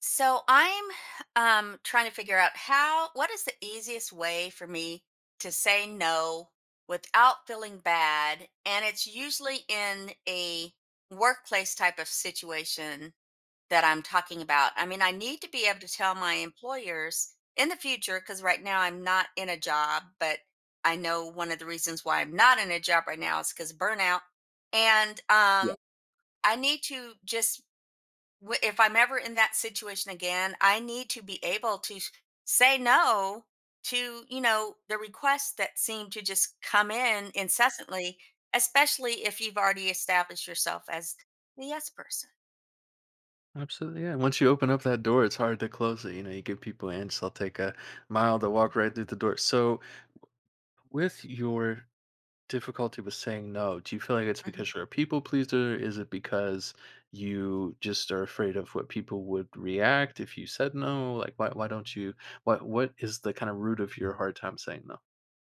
So I'm trying to figure out how what is the easiest way for me to say no without feeling bad, and it's usually in a workplace type of situation that I'm talking about. I mean, I need to be able to tell my employers in the future, cuz right now I'm not in a job, but I know one of the reasons why I'm not in a job right now is cuz burnout and Yeah. um I need to just if I'm ever in that situation again, I need to be able to say no to, you know, the requests that seem to just come in incessantly, especially if you've already established yourself as the yes person. Absolutely, yeah. Once you open up that door, it's hard to close it. You know, you give people ants, they'll take a mile to walk right through the door. So, with your difficulty with saying no, do you feel like it's Mm-hmm. because you're a people pleaser? Is it because you just are afraid of what people would react if you said no? Like, why don't you? What is the kind of root of your hard time saying no?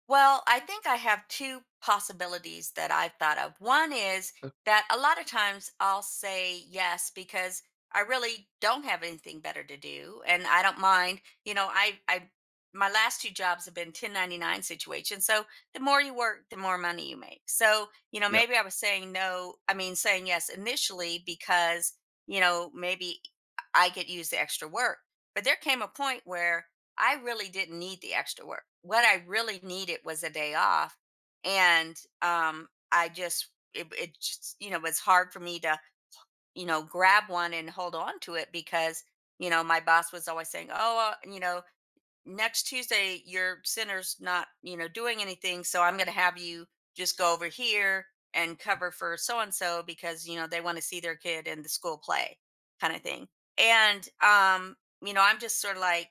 Well, I think I have two possibilities that I've thought of. One is Uh, that a lot of times I'll say yes because I really don't have anything better to do, and I don't mind. You know, I my last two jobs have been 1099 situations. So the more you work, the more money you make. So, you know, Yeah. maybe I was saying no, I mean saying yes initially because, you know, maybe I could use the extra work. But there came a point where I really didn't need the extra work. What I really needed was a day off. And it just, you know, was hard for me to, you know, grab one and hold on to it because, you know, my boss was always saying, oh, you know, next Tuesday, your center's not, you know, doing anything. So I'm going to have you just go over here and cover for so and so because, you know, they want to see their kid in the school play kind of thing. And, you know, I'm just sort of like,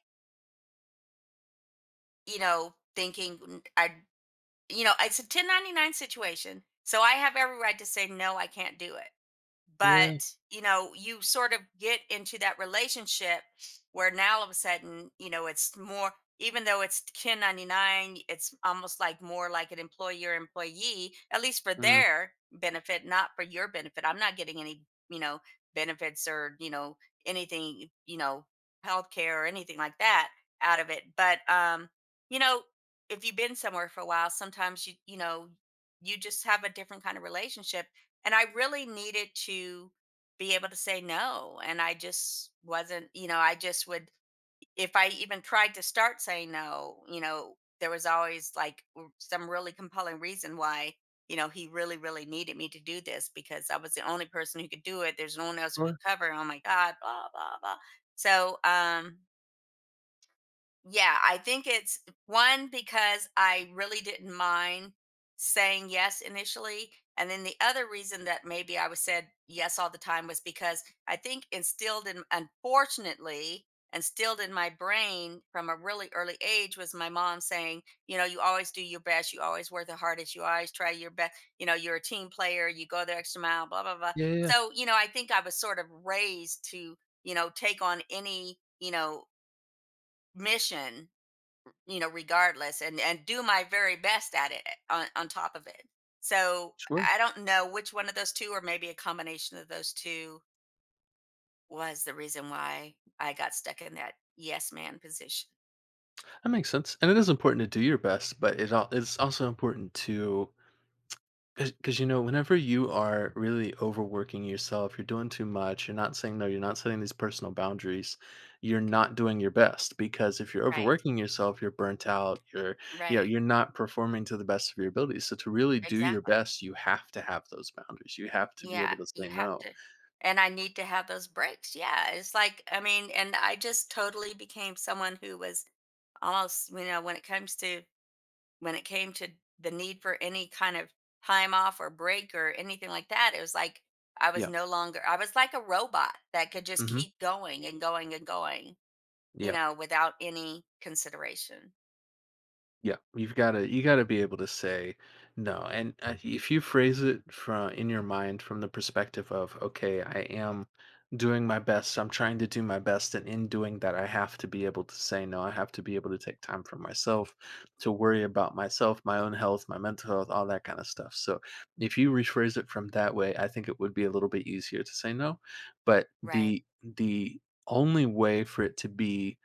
you know, thinking I, you know, it's a 1099 situation. So I have every right to say no, I can't do it, Yeah. but you know, you sort of get into that relationship where now, all of a sudden, you know, it's more, even though it's 1099, it's almost like more like an employer employee, at least for Mm, their benefit, not for your benefit. I'm not getting any, you know, benefits or, you know, anything, you know, healthcare or anything like that out of it. But you know, if you've been somewhere for a while, sometimes you, you know, you just have a different kind of relationship, and I really needed to be able to say no. And I just wasn't, you know, I just would, if I even tried to start saying no, you know, there was always like some really compelling reason why, you know, he really, really needed me to do this because I was the only person who could do it. There's no one else who sure. could cover. Oh my God, blah, blah, blah. So, yeah, I think it's one because I really didn't mind saying yes initially. And then the other reason that maybe I was said yes all the time was because I think instilled in, unfortunately, instilled in my brain from a really early age was my mom saying, you know, you always do your best, you always work the hardest, you always try your best, you know, you're a team player, you go the extra mile, blah, blah, blah. Yeah. Yeah, yeah. So, you know, I think I was sort of raised to, you know, take on any, you know, mission, you know, regardless, and do my very best at it, on top of it. So Sure. I don't know which one of those two, or maybe a combination of those two, was the reason why I got stuck in that yes man position. That makes sense. And it is important to do your best, but it's also important to. Because you know, whenever you are really overworking yourself, you're doing too much, you're not saying no, you're not setting these personal boundaries, you're not doing your best. Because if you're Right. overworking yourself, you're burnt out, you're, you know, Right. you're not performing to the best of your ability. So to really do your Exactly. best, you have to have those boundaries. You have to be Yeah. able to say You have no. to. And I need to have those breaks. Yeah. It's like, I mean, and I just totally became someone who was almost, you know, when it came to the need for any kind of time off or break or anything like that, it was like I was Yeah. no longer, I was like a robot that could just Hmm. keep going and going and going, you Yeah. know, without any consideration. Yeah, you gotta be able to say no, and if you phrase it from in your mind from the perspective of, okay, I am doing my best, I'm trying to do my best, and in doing that, I have to be able to say no. I have to be able to take time for myself, to worry about myself, my own health, my mental health, all that kind of stuff. So if you rephrase it from that way, I think it would be a little bit easier to say no. But Right. the only way for it to be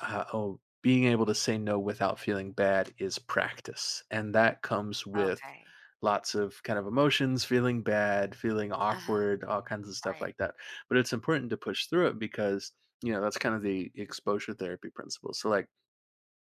oh, being able to say no without feeling bad is practice. And that comes with Okay. lots of kind of emotions, feeling bad, feeling Uh-huh. awkward, all kinds of stuff Right. like that. But it's important to push through it because, you know, that's kind of the exposure therapy principle. So, like,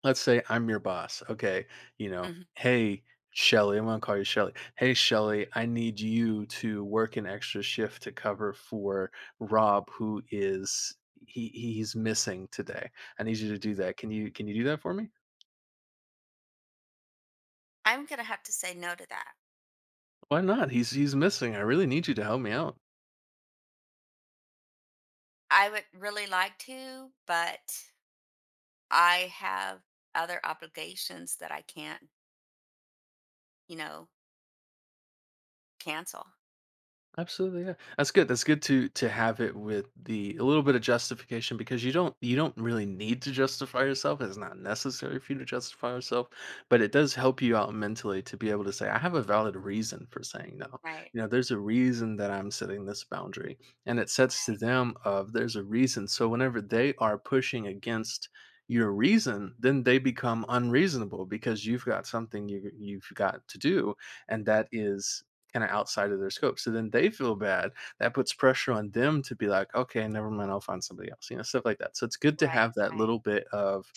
let's say I'm your boss. Okay. You know, Mhm. hey, Shelly, I'm going to call you Shelly. Hey, Shelly, I need you to work an extra shift to cover for Rob, who is. He's missing today. I need you to do that. Can you do that for me? I'm going to have to say no to that. Why not? He's missing. I really need you to help me out. I would really like to, but I have other obligations that I can't, you know, cancel. Absolutely, yeah. That's good. That's good to have it with the a little bit of justification because you don't really need to justify yourself. It's not necessary for you to justify yourself, but it does help you out mentally to be able to say, I have a valid reason for saying no. Right. You know, there's a reason that I'm setting this boundary. And it sets to Right. them of there's a reason. So whenever they are pushing against your reason, then they become unreasonable because you've got something you've got to do and that is kind of outside of their scope. So then they feel bad. That puts pressure on them to be like, okay, never mind, I'll find somebody else, you know, stuff like that. So it's good to Right. have that Right. little bit of,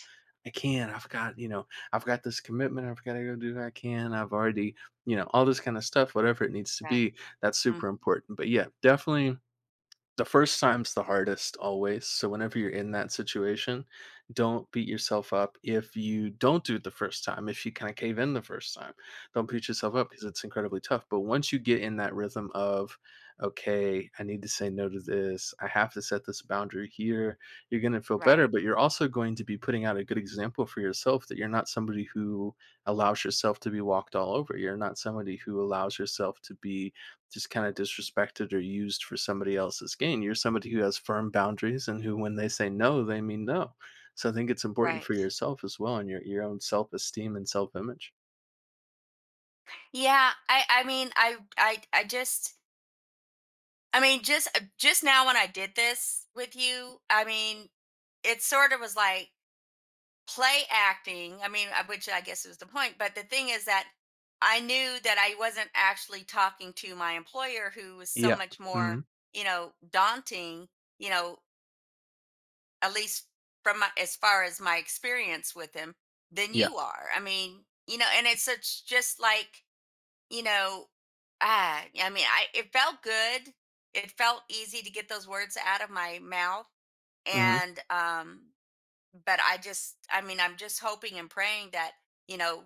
I can, I've got, you know, I've got this commitment, I've got to go do what I can, I've already, you know, all this kind of stuff, whatever it needs to Right. be. That's Mm. super important. But yeah, definitely the first time's the hardest always, so whenever you're in that situation, don't beat yourself up if you don't do it the first time, if you kinda cave in the first time. Don't beat yourself up because it's incredibly tough, but once you get in that rhythm of, "Okay, I need to say no to this, I have to set this boundary here," you're gonna feel better, Right. but you're also going to be putting out a good example for yourself that you're not somebody who allows yourself to be walked all over, you're not somebody who allows yourself to be just kind of disrespected or used for somebody else's gain. You're somebody who has firm boundaries and who, when they say no, they mean no. So I think it's important for Right. yourself as well and your own self esteem and self image. Yeah, I mean, I just just now when I did this with you, I mean, it sort of was like play acting. I mean, which I guess was the point, but the thing is that I knew that I wasn't actually talking to my employer who was so Yeah. much more, Mhm. you know, daunting, you know, at least as far as my experience with him, than Yeah. you are. I mean, you know, and it's such just like. You know, ah, I mean, I it felt good. It felt easy to get those words out of my mouth. Mhm. And but I mean, I'm just hoping and praying that, you know,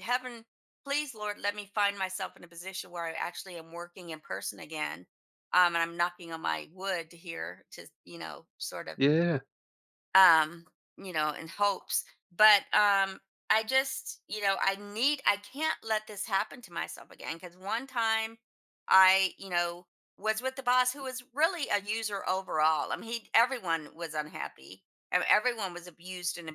heaven, please Lord, let me find myself in a position where I actually am working in person again. And I'm knocking on my wood here to, you know, sort of, Yeah. um you know, in hopes, but I just, you know, I can't let this happen to myself again because one time I, you know, was with the boss who was really a user overall. I mean, he everyone was unhappy, and everyone was abused and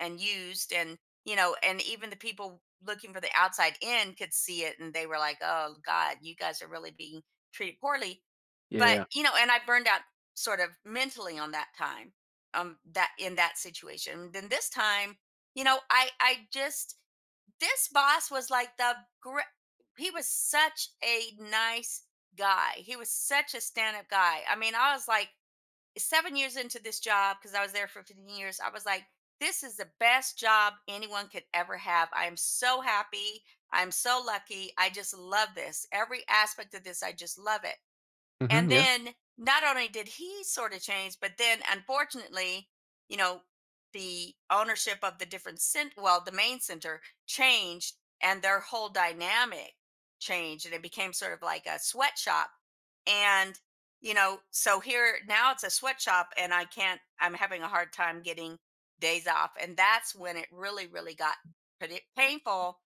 and used, and, you know, and even the people looking for the outside in could see it, and they were like, oh God, you guys are really being treated poorly. Yeah. But, Yeah. you know, and I burned out sort of mentally on that time, that in that situation. Then this time, you know, I just, this boss was like the great he was such a nice guy, he was such a stand-up guy. I mean, I was like 7 years into this job because I was there for 15 years. I was like, this is the best job anyone could ever have. I am so happy. I'm so lucky. I just love this. Every aspect of this, I just love it. Mhm. And Yeah. then, not only did he sort of change, but then, unfortunately, you know, the ownership of the different cent well, the main center changed, and their whole dynamic changed, and it became sort of like a sweatshop. And, you know, so here now it's a sweatshop, and I can't I'm having a hard time getting days off. And that's when it really, really got pretty painful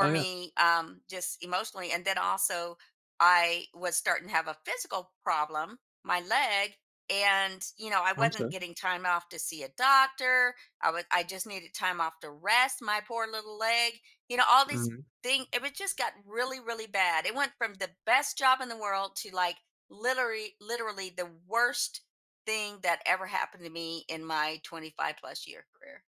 Oh yeah. me, just emotionally. And then also I was starting to have a physical problem, my leg, and you know, I I'm wasn't sorry. getting time off to see a doctor. I just needed time off to rest my poor little leg. You know, all these Mhm. things, it was just got really, really bad. It went from the best job in the world to like literally the worst thing that ever happened to me in my 25 plus year career.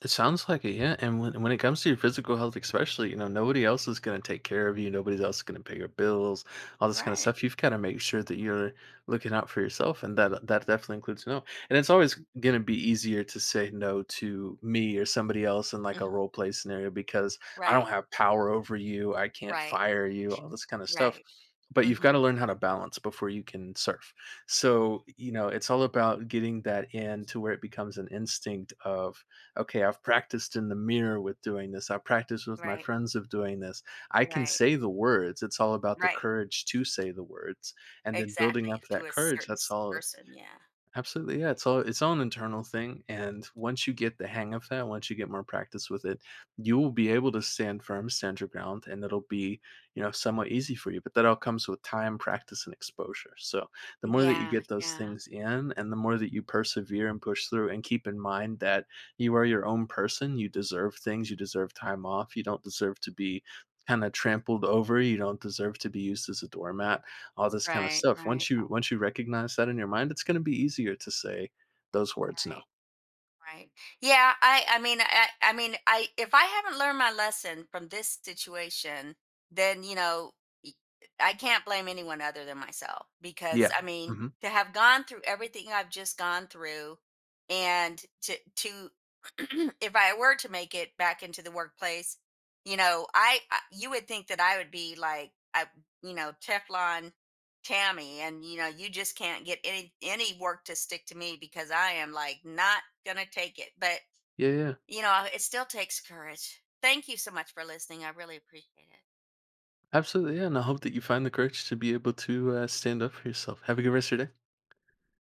It sounds like it, yeah. And when it comes to your physical health, especially, you know, nobody else is gonna take care of you. Nobody else is gonna pay your bills, all this kind of Right. stuff. You've got to make sure that you're looking out for yourself, and that definitely includes no. And it's always gonna be easier to say no to me or somebody else in like a Mhm. role play scenario because I don't Right. have power over you. I can't Right. fire you. All this kind of stuff. Right. But you've got to Hmm. learn how to balance before you can surf. So, you know, it's all about getting that in to where it becomes an instinct of okay, I've practiced in the mirror with doing this. I have practiced with my Right. friends of doing this. I can Right. say the words. It's all about the Right. courage to say the words and then building Exactly, up to that a courage. certain That's s all. person, yeah. Absolutely, yeah, it's all its own internal thing, and once you get the hang of that, once you get more practice with it, you will be able to stand firm, stand your ground, and it'll be, you know, somewhat easy for you, but that all comes with time, practice, and exposure, so, the more that you Yeah, get those yeah. things in, and the more that you persevere and push through, and keep in mind that you are your own person, you deserve things, you deserve time off, you don't deserve to be kinda trampled over, you don't deserve to be used as a doormat, all this kind of Right, stuff. right, Once you recognize that in your mind, it's gonna be easier to say those words, "no." right, right. Yeah, I mean, I mean, I if I haven't learned my lesson from this situation, then, you know, y I can't blame anyone other than myself because, Yeah. I mean, Mhm. to have gone through everything I've just gone through, and to if I were to make it back into the workplace, you know, I you would think that I would be like, I, you know, Teflon Tammy, and you know you just can't get any work to stick to me because I am like not going to take it. But Yeah, yeah. you know, it still takes courage. Thank you so much for listening. I really appreciate it. Absolutely, yeah, and I hope that you find the courage to be able to, stand up for yourself. Have a good rest of your day.